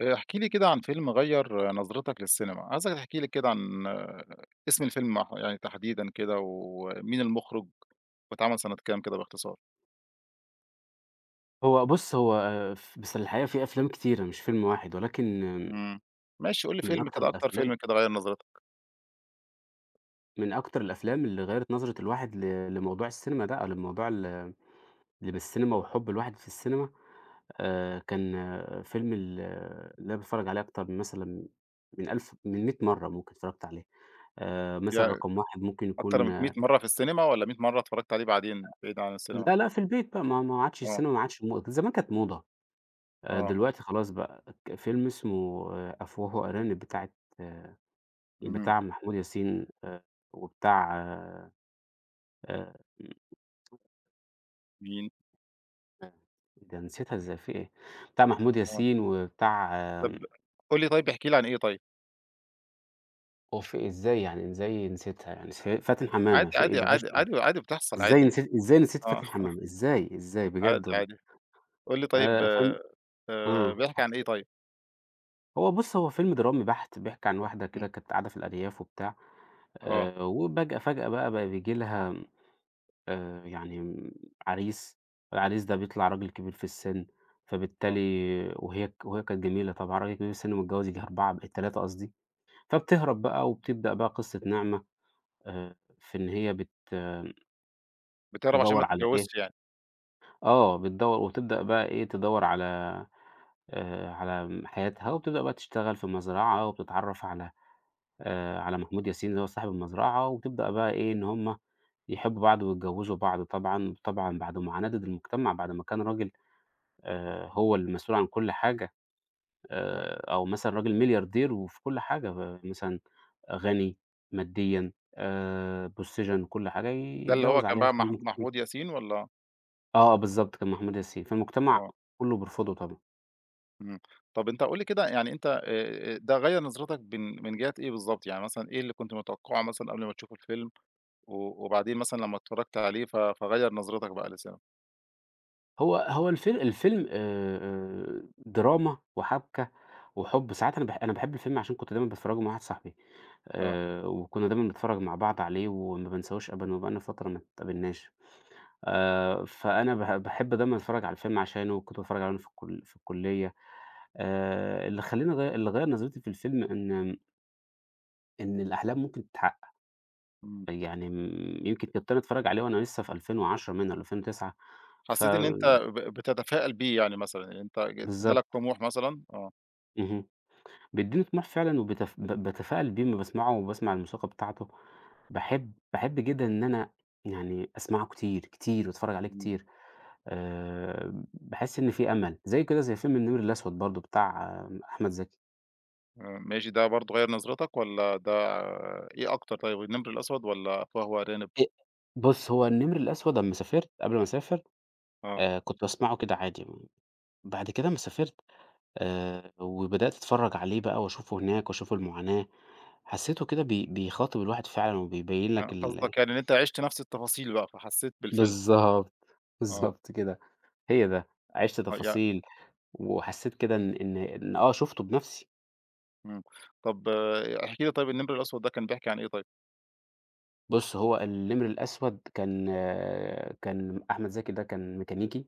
احكِ لي كده عن فيلم غيّر نظرتك للسينما، عايزك تحكي لي كده عن اسم الفيلم يعني تحديدًا كده، ومين المُخرج، واتعمل سنة كام كده باختصار؟ هو بُص، هو آه، ف بس الحقيقة في أفلام كتيرة مش فيلم واحد، ولكن آه، إمم. ماشي، قُل لي من فيلم أكتر كده، أكتر فيلم الأفلام كده غيّر نظرتك. من أكتر الأفلام اللي غيّرت نظرة الواحد لموضوع السينما ده، أو للموضوع اللي بالسينما وحُب الواحد في السينما. كان فيلم ال اللي أنا باتفرّج عليه أكتر من مثلًا من 1000 من 100 مرّة ممكن اتفرّجت عليه. مثلًا يع رقم 1 ممكن أكتر يكون من 100 مرّة في السينما والّا 100 مرّة اتفرّجت عليه بعدين بعيد عن السينما؟ لا، لأ، في البيت بقى، ما عادش آه. السينما، ما عادش. زمان كانت موضة، آه. دلوقتي خلاص بقى. فيلم اسمه أفواه وأرانب، اهم. بتاع محمود ياسين وبتاع إمم، مين؟ آآ ده نسيتها إزاي، في إيه؟ بتاع محمود آه. ياسين وبتاع طب قُل لي طيب، احكِ لي عن إيه طيب؟ هو في إيه؟ إزاي يعني، إزاي نسيتها يعني، فاتن حمامة عادي، في إيه عادي، ده عادي، عِشقي. عادي، عادي بتحصل إزاي عادي. نسيت، إزاي نسيت آه. فاتن حمامة إزاي، إزاي، بجد عادي، والله! عادي. قُل لي طيب. فيلم آه، بيحكي عن إيه طيب؟ هو بُص، فيلم درامي بحت، بيحكي عن واحدة كده إمم. كانت قاعدة في الأرياف وبتاع. آه. فجأة بقى بييجي لها يعني م عريس. العريس ده بيطلع راجل كبير في السِن، آه. فبالتالي وهي كانت جميلة طبعًا. راجل كبير في السِن متجوّز ييجي 4، بقت 3 قصدي. فبتهرب بقى وبتبدأ بقى قصة نعمة، في إن هي بت آه، بتهرب عشان ما تدوّر على إيه. تتجوّزش يعني. بتدوّر وتبدأ بقى إيه، تدوّر على على م حياتها، وبتبدأ بقى تشتغل في مزرعة وبتتعرّف على على محمود ياسين اللي هو صاحب المزرعة، وبتبدأ بقى إيه، إن هم يحبّوا بعض ويتجوّزوا بعض طبعًا، طبعًا بعد ما عَنَدِد المجتمع، بعد ما كان راجل إمم. هو المسؤول عن كل حاجة، آه. أو مثلًا راجل ملياردير، وفي كل حاجة مثلًا غني ماديًا، بالسِجَن كل حاجة ده اللي هو يتجوّز كان عليها، بقى مح فالمجت محمود ياسين والّا آه آه، بالضبط، كان محمود ياسين، فالمجتمع آه. كُلّه بيرفضه طبعًا. إمم. طب أنت قُل لي كده، يعني أنت ده غيّر نظرتك من جهة إيه بالضبط؟ يعني مثلًا إيه اللي كنت متوقّعه مثلًا قبل ما تشوف الفيلم وبعدين مثلًا لمّا اتفرّجت عليه فغيّر نظرتك بقى لسا. هو هو الفي الفيلم دراما وحبكة وحُب. ساعات أنا أنا باحب الفيلم عشان كنت دايمًا باتفرّجه مع واحد صاحبي، آه. وكُنّا دايمًا بنتفرّج مع بعض عليه، وما بانساهوش أبدًا، وبقى لنا فترة ما اتقابلناش. فأنا باحب دايمًا أتفرّج على الفيلم عشانه، وكنت باتفرّج عليه وأنا في الكلية. اللي خلّاني أغيّر، اللي غيّر نظرتي في الفيلم إن إن الأحلام ممكن تتحقق. إمم. يعني م يمكن كنت أنا أتفرّج عليه وأنا لسه في 2010 منها والّا 2009. ف حسّيت إن أنت بتتفائل بيه يعني مثلًا، إن أنت جالك بالضبط، طموح مثلًا؟ آه. اهم، بيدّيني طموح فعلًا، وبتف ب باتفائل بيه أمّا باسمعه وباسمع الموسيقى بتاعته. باحب جدًا إن أنا يعني أسمعه كتير، كتير، وأتفرّج عليه إمم. كتير. باحس إن في أمل، زي كده زي فيلم النمر الأسود برضه، بتاع أحمد زكي. آه، ماشي، ده برضه غيّر نظرتك والّا ده إيه أكتر طيب، النمر الأسود والّا أفواه وأرانب؟ أ بُص، هو النمر الأسود أمّا سافرت، قبل ما أسافر آه. كنت باسمعه كده عادي. بعد كده أمّا سافرت وبدأت أتفرّج عليه بقى وأشوفه هناك وأشوف المعاناة، حسّيته كده بيخاطب الواحد فعلًا وبيبيّن آه، لك ال. قصدك يعني إن أنت عِشت نفس التفاصيل بقى، فحسّيت بالفيلم. بالضبط، آه. بالضبط كده، هي ده، عِشت آه تفاصيل وحسّيت كده إن إن شُفته بنَفْسي. إمم. طب احكِ لي طيب، النمر الأسود ده كان بيحكي عن إيه طيب؟ بُص، هو النمر الأسود كان كان أحمد زكي ده كان ميكانيكي.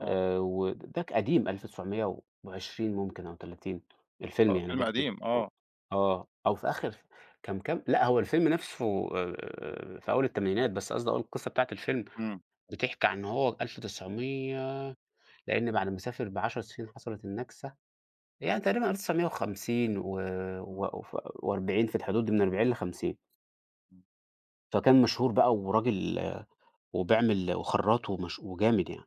آه. وده ك قديم 1920 ممكن أو 30. الفيلم آه، يعني فيلم بيحكي، قديم. آه. أو أو في آخر، كان كام، لأ، هو الفيلم نفسه في أول التمانينات، بس قصدي أقول القصة بتاعة الفيلم، إمم. بتحكي عن هو 1900، لإن بعد ما سافر بـ10 سنين حصلت النكسة، يعني تقريبًا 1950، و إمم. و وف و40، في الحدود دي من 40 ل50. إمم. فكان مشهور بقى وراجل وبيعمل وخراّط وجامد يعني،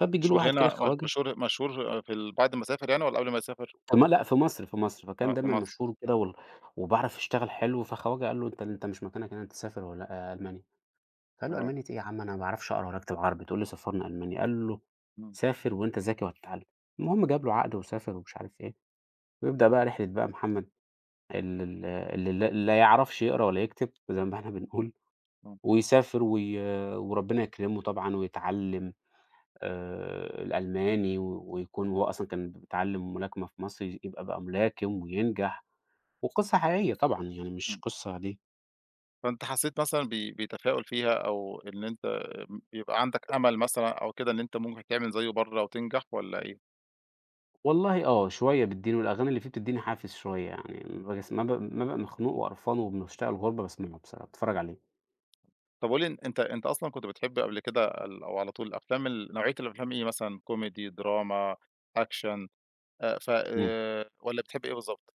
فبييجي له مشهور واحد هنا، كده م خواجة. مشهور مشهور في بعد ما سافر يعني والّا قبل ما يسافر؟ في م لأ، في مصر، في مصر، فكان آه، في دايمًا مصر. مشهور كده، وبيعرف يشتغل حلو. فخواجة قال له: "أنت، أنت مش مكانك هنا، أنت تسافر ولا ألمانيا." فقال له: آه، "ألمانيا إيه يا عم، أنا ما باعرفش أقرا ولا أكتب عربي، تقول لي سفّرني ألمانيا." قال له: إمم. "سافر، وأنت ذكي وهتتعلم." المهم جاب له عقد وسافر، ومش عارف إيه، ويبدأ بقى رحلة بقى محمد ال ال اللي لا يعرفش يقرا ولا يكتب زي ما إحنا بنقول، إمم. ويسافر وربنا يكرمه طبعًا ويتعلم. ويكون، وهو أصلًا كان بيتعلّم ملاكمة في مصر، يبقى بقى ملاكم وينجح. وقصة حقيقية طبعًا، يعني مش إمم. قصة عادية. فأنت حسّيت مثلًا بتفاؤل فيها أو إن أنت بيبقى عندك أمل مثلًا أو كده، إن أنت ممكن تعمل زيّه برّه وتنجح والّا إيه؟ والله شوية بتدّيني، والأغاني اللي فيه بتدّيني حافز شوية، يعني ما باس ما ب ما بابقى مخنوق وقرفان ومشتاق للغُربة، باسمعه بصراحة، باتفرّج عليه. طب قُل لي، أن أنت أنت أصلًا كنت بتحب قبل كده أو على طول الأفلام نوعية الأفلام إيه، مثلًا كوميدي، دراما، أكشن ف إمم. والّا بتحب إيه بالضبط؟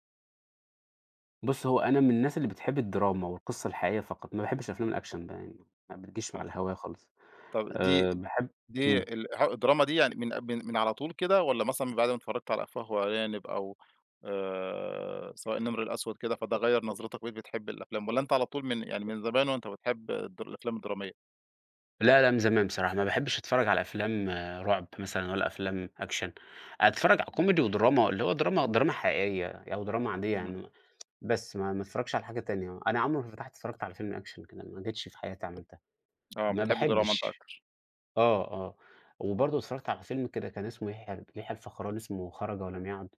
بُص، هو أنا من الناس اللي بتحب الدراما والقصة الحقيقية فقط، ما باحبش أفلام الأكشن بقى، يعني ما بتجيش مع آه. الهواية خالص. طب دي باحب. دي إمم. ال ه الدراما دي يعني من على طول كده والّا مثلًا من بعد ما اتفرّجت على أفواه وأرانب أو سواء النمر الأسود كده، فده غيّر نظرتك بقيت بتحب الأفلام والّا أنت على طول من يعني من زمان وأنت بتحب الأفلام الدرامية؟ لا، لا، من زمان بصراحة، ما باحبش أتفرّج على أفلام رعب مثلًا، ولا أفلام أكشن. أتفرّج على إمم. كوميدي ودراما، اللي هو دراما، دراما حقيقية أو دراما عادية إمم. يعني. بس ما أتفرّجش على حاجة تانية، أنا عمري ما فتحت، اتفرّجت على فيلم أكشن كده، ما جيتش في حياتي عملتها. آه، ما بتحب دراما أنت باحبش. أكتر. آه، آه. وبرضه اتفرّجت على فيلم كده كان اسمه يحيى الفخراني، اسمه خرج ولم يعد.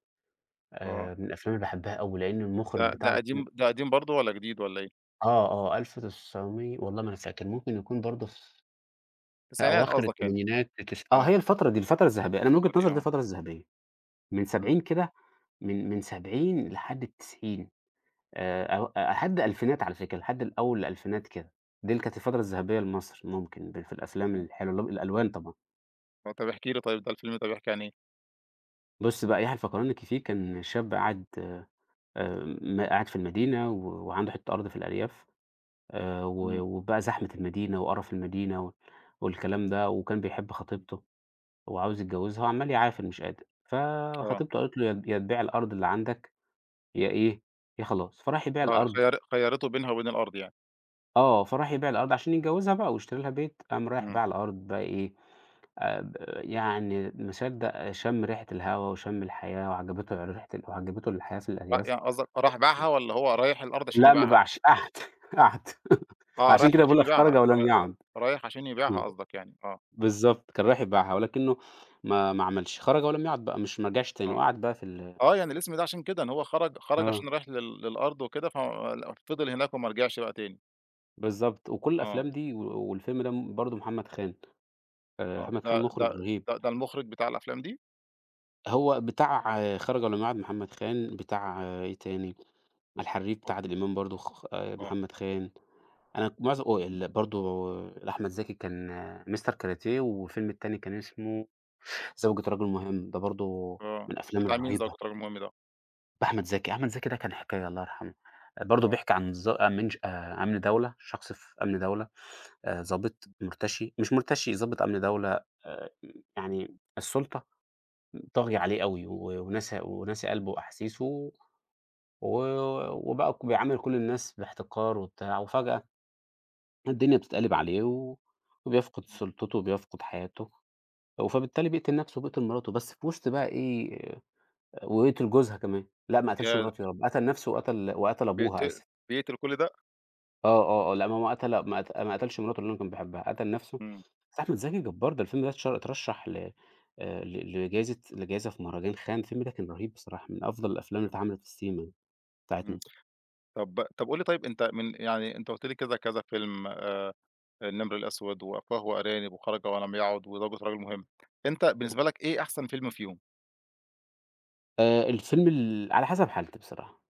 آه، من الأفلام اللي باحبها أوي، لإن ده المخرج بتاعه قديم برضه والّا جديد والّا إيه؟ 1900، والله ما أنا فاكر، ممكن يكون برضه ف في التسعينات أواخر قصدك يعني. التمانينات، التس آه، آه، هي الفترة دي، الفترة الذهبية. أنا من وجهة الفترة دي نظري دي آه. الفترة الذهبية، من إمم. 70 كده، من 70 لحد ال90، أو لحد الألفينات على فكرة، لحد الأول الألفينات كده. دي اللي كانت الفترة الذهبية لمصر ممكن، في الأفلام إمم. الحلوة اللي هو الألوان طبعًا. آه، طب احكِ لي طيب، ده الفيلم ده بيحكي عن إيه؟ بُص بقى، يحيى الفخراني الكيفي، كان شاب قاعد، م قاعد في المدينة، و وعنده حتّة أرض في الأرياف و إمم. وبقى زحمة المدينة وقرف المدينة و والكلام ده، وكان بيحب إمم. خطيبته. هو عاوز يتجوزها وعمّال يعافر مش قادر، آه. فخطيبته قالت له: يا تبيع الأرض اللي عندك، يا إيه، يا خلاص." فراح يبيع آه، الأرض. خيّرته بينها وبين الأرض يعني. آه، فراح يبيع الأرض عشان يتجوزها بقى ويشتري لها بيت، قام رايح إمم. باع الأرض بقى إيه، ب يعني ما صدّق شم ريحة الهوا وشم الحياة، وعجبته ريحة ال وعجبته الحياة في آه، الأرياف. يعني قصدك راح باعها والّا هو رايح الأرض عشان لأ، ما يبيعها؟ باعش، قعد، قعد. آه، عشان رايح كده باقول عشان لك يبيعها. خرج ر ولم يعد. رايح عشان يبيعها إمم، قصدك يعني. آه. بالضبط، كان رايح يبيعها، ولكنه ما عملش، خرج ولم يعد بقى، مش ما رجعش تاني آه. وقعد بقى في ال. آه، يعني الاسم ده عشان كده إن هو خرج عشان آه. رايح للأرض وكده فضل هناك وما رجعش بقى تاني. بالضبط. وكل آه. الأفلام دي، و والفيلم ده برضه محمد خان، آه، محمد خان ده مخرج رهيب. ده المخرج بتاع الأفلام دي؟ هو بتاع خَرَج ولا مَعَد محمد خان، بتاع إيه تاني، الحريف آه. بتاع عادل إمام برضه، خ آه. محمد خان. أنا معظم آه إمم. ال برضه أحمد زكي، كان مستر كاراتيه. والفيلم التاني كان اسمه زوجة رجل مهم، ده برضه آه، من الأفلام بتاع مين الرهيبة. زوجة الرجل المهم ده؟ بأحمد زكي، أحمد زكي ده كان حكاية، الله يرحمه. آه، برضه آه. بيحكي عن ضا أمن ش أمن دولة، شخص في أمن دولة، ضابط مرتشي مش مرتشي ضابط أمن دولة، يعني السُلطة طاغية عليه أوي، وناسية، وناسية قلبه وأحاسيسه، و وبقى بيعامل كل الناس باحتقار وبتاع. وفجأة الدنيا بتتقلب عليه، و وبيفقد إمم. سُلطته وبيفقد حياته. و فبالتالي بيقتل نَفْسه وبيقتل مراته، بس في وسط بقى إيه، وقتل جوزها كمان، لأ، ما قتلش ياه! مراته يا رب، قتل نَفْسه وقتل، وقتل بيقت أبوها آسف. بيقتل كل ده؟ آه، آه، آه، لأ، ما هو قتل، ما قت ما قتلش مراته اللي هو كان بيحبها، قتل نَفْسه. إمم. بس أحمد زكي جبار، ده الفيلم ده اترشح ل ل لجايزة، لجايزة في مهرجان خان. الفيلم ده كان رهيب بصراحة، من أفضل الأفلام اللي إمم. اتعملت في السينما إمم. بتاعتنا. طب قُل لي طيب، أنت من يعني، أنت قُلت لي كذا، كذا فيلم، النمر الأسود، وأفواه وأرانب، وخرج ولم يعد، وزوجة رجل مهم. أنت بالنسبة لك إيه أحسن فيلم فيهم؟ الفيلم ال على حسب حالتي بصراحة.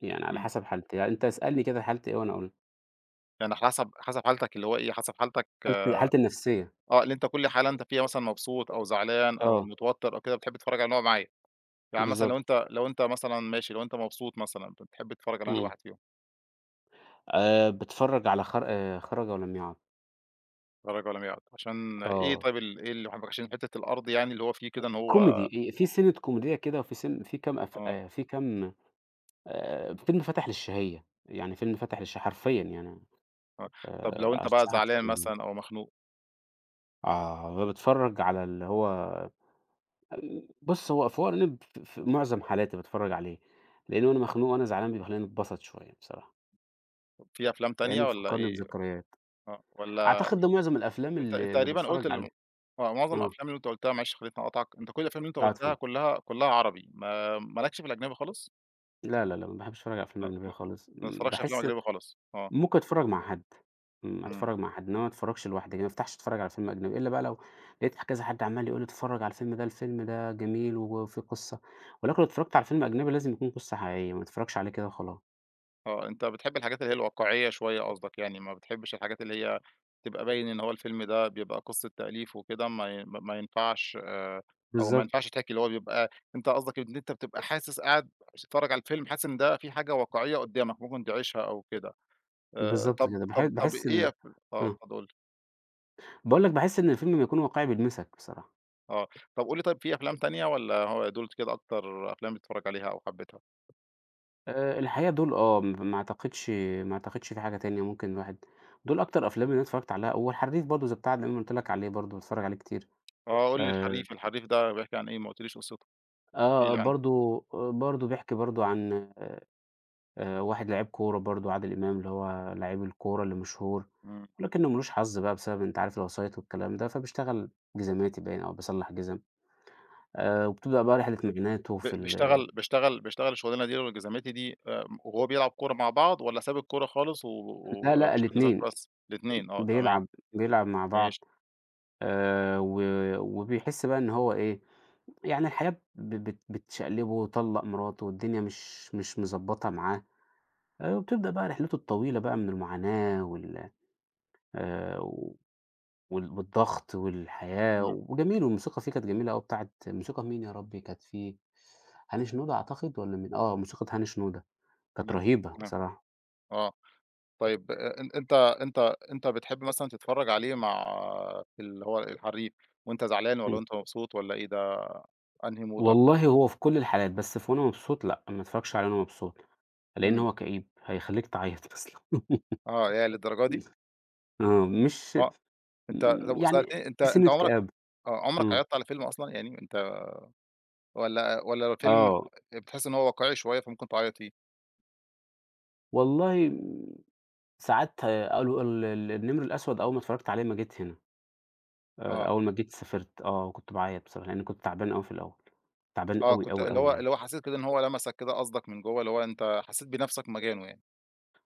يعني على إمم. حسب حالتي، يعني أنت اسألني كده حالتي إيه وأنا أقول لك. يعني حسب حالتك اللي هو إيه، حسب حالتك. حالتي النفسية. آه، اللي أنت كل حالة أنت فيها مثلًا مبسوط أو زعلان أو آه، متوتر أو كده بتحب تتفرج على نوع معين. يعني مثلًا لو بالضبط. أنت لو أنت مثلًا ماشي، لو أنت مبسوط مثلًا بتحب تتفرج على أنهي إمم. واحد فيهم؟ باتفرج على خر خرج ولم يعد. خرج ولم يعد، عشان إيه آه. طيب إيه اللي عشان حتة الأرض يعني اللي هو فيه كده إن هو كوميدي، في سِنّة كوميدية كده، وفي سِن في كام أف آه. في كام فيلم فَتَح للشهية، يعني فيلم فَتَح للش حرفيًا يعني. آه، طب لو أنت بقى أنصحك زعلان تتفرّج عليه. مثلًا أو مخنوق، آه، باتفرّج على اللي هو، بُص، هو في ورق، ف في معظم حالاتي باتفرّج عليه، لإنه وأنا مخنوق وأنا زعلان بيخلّيني أتبسط شوية بصراحة، في أفلام تانية لإنه والّا بيفكّرني إيه؟ بذكريات. آه. والّا أعتقد ده معظم الأفلام أنت اللي تقريبًا باتفرّج قُلت عليها. آه، معظم آه، الأفلام اللي أنت قُلتها، معلش خلّيتني أقاطعك، أنت كل الأفلام اللي أنت آه، قُلتها اتفضل. كلّها عربي، ما لكش في الأجنبي خالص؟ لا، لا، لا، ما باحبش أتفرّج على أفلام ما أجنبية ما خالص، ما بتتفرجش على أفلام باحس. أجنبي خالص؟ آه. ممكن أتفرّج مع حد، إمم، إمم. أتفرّج مع حد، إنما ما أتفرّجش لوحدي، يعني ما أفتحش أتفرّج على فيلم أجنبي، إلا بقى لو لقيت كذا حد عمّال يقول لي: "اتفرّج على الفيلم ده، الفيلم ده جميل وفيه قصة." ولكن لو اتفرّجت على فيلم أجنبي لازم يكون قصة حقيقية، ما أتفرّجش عليه كده وخلاص. آه، أنت بتحب الحاجات اللي هي الواقعية شوية قصدك يعني، ما بتحبش الحاجات اللي هي تبقى باين إن هو الفيلم ده بيبقى قصة تأليف وكده، ما ينفعش أو ما بالضبط، ينفعش تحكي، اللي هو بيبقى، أنت قصدك إن أنت بتبقى حاسس قاعد بتتفرّج على الفيلم حاسس إن ده في حاجة واقعية قدّامك ممكن تعيشها أو كده. بالضبط طب، كده، طب باحس إيه ال. آه، آه، اتفضل قُل لي. باقول لك، باحس إن الفيلم لمّا يكون واقعي بيلمسك بصراحة. آه. طب قُل لي طيب، في أفلام تانية والّا هو دول كده أكتر أفلام بتتفرّج عليها أو حبيتها؟ الحقيقة دول آه، م ما أعتقدش، ما أعتقدش في حاجة تانية ممكن الواحد، دول أكتر أفلام اللي أنا اتفرّجت عليها. والحريف برضه زي بتاع اللي أنا قُلت لك عليه، برضه باتفرّج عليه كتير. آه، قُل لي آآ الحريف، الحريف ده بيحكي عن إيه؟ ما قُلتليش قصته. احكِ لي عنه. برضه، برضه بيحكي برضه عن واحد لعيب كورة برضه، عادل إمام، اللي هو لعيب الكورة اللي مشهور، إمم. ولكنه ما لوش حظ بقى بسبب أنت عارف الوسايط والكلام ده، فبيشتغل جزماتي باين أو بيصلح جزم. وبتبدأ بقى رحلة معاناته ب في ال. بيشتغل بيشتغل بيشتغل الشغلانة دي والّا جزماتي دي، وهو بيلعب كورة مع بعض والّا ساب الكورة خالص و لا، و- لأ وبيشتغل جزماتي الاتنين، بس؟ الاتنين، آه، تمام. بيلعب، بيلعب مع ماشي. بعض و وبيحس بقى إن هو إيه، يعني الحياة ب بت بتشقلبه، طلّق مراته والدنيا مش مضبّطة معاه. وبتبدأ بقى رحلته الطويلة بقى من المعاناة وال و وال والضغط والحياة، إمم. وجميل والموسيقى فيه كانت جميلة أوي، بتاعة موسيقى مين يا ربي كانت فيه، هاني شنودة أعتقد والّا مين؟ آه، موسيقى هاني شنودة، إمم. كانت رهيبة آه. بصراحة. آه. طيب، أ أن أنت أنت أنت بتحب مثلًا تتفرّج عليه مع اللي هو الحريف وأنت زعلان والّا إمم. وأنت مبسوط والّا إيه ده، أنهي مود أكتر؟ والله هو في كل الحالات، بس في، وأنا مبسوط لأ، ما اتفرجش عليه وأنا مبسوط، لإن إمم. هو كئيب، هيخلّيك تعيّط أصلًا. آه، ياه للدرجة دي! آه، مش آه، أنت طب يعني سألتني، أنت في أنت سِنّة عمرك كآبة. آه، عمرك إمم. عيّطت على فيلم أصلًا؟ يعني أنت، والّا الفيلم آه. بتحس إن هو واقعي شوية فممكن تعيّط فيه؟ والله ساعات قالوا ال ال النمر الأسود أول ما اتفرجت عليه ما جيت هنا. آه. أول ما جيت سافرت وكنت باعيّط بصراحة، لإنّي كنت تعبان أوي في الأول، تعبان آه، أوي، كنت، أوي، اللي أوي هو يعني. اللي هو حسيت كده إن هو لمسك كده قصدك من جوّه، اللي هو أنت حسيت بنَفْسك مكانه يعني.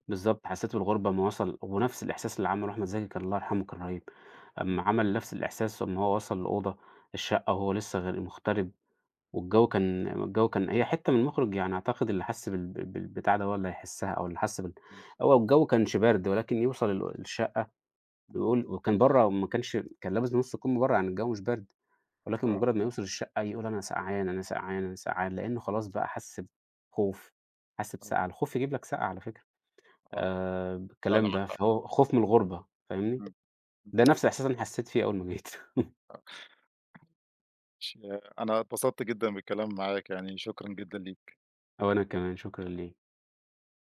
بالضبط، حسّيت بالغُربة أمّا وصل، ونفْس الإحساس اللي عمله أحمد زكي كان، الله يرحمه، كان رهيب. أمّا إمم. عمل نفْس الإحساس أمّا هو وصل لأوضة الشقة، وهو لسه غير مغترب، والجو كان، الجو كان، هي حتّة من المُخرج يعني أعتقد اللي حَس بالبتاع ده، هو اللي هيحسّها أو اللي حَس بال، إمم. هو الجو كانش بارد، ولكن يوصل الشقة إمم. ويقول، وكان برّه وما كانش، كان لابس نُص كُم برّه، يعني الجو مش بارد، ولكن آه. مجرد ما يوصل الشقة يقول أنا سقعان، أنا سقعان، أنا سقعان، لإنه خلاص بقى، حس بخوف، حس آه. بسقعة، الخوف يجيب لك سقعة على فكرة. آه. فعلًا بالكلام معاك ده، حق. فهو خوف من الغُربة، فاهمني؟ إمم. إمم. ده نفس الإحساس اللي أنا حسيت فيه أول ما جيت. ش أنا اتبسطت جدًا بالكلام معاك يعني، شكرًا جدًا ليك. وأنا كمان شكرًا ليك.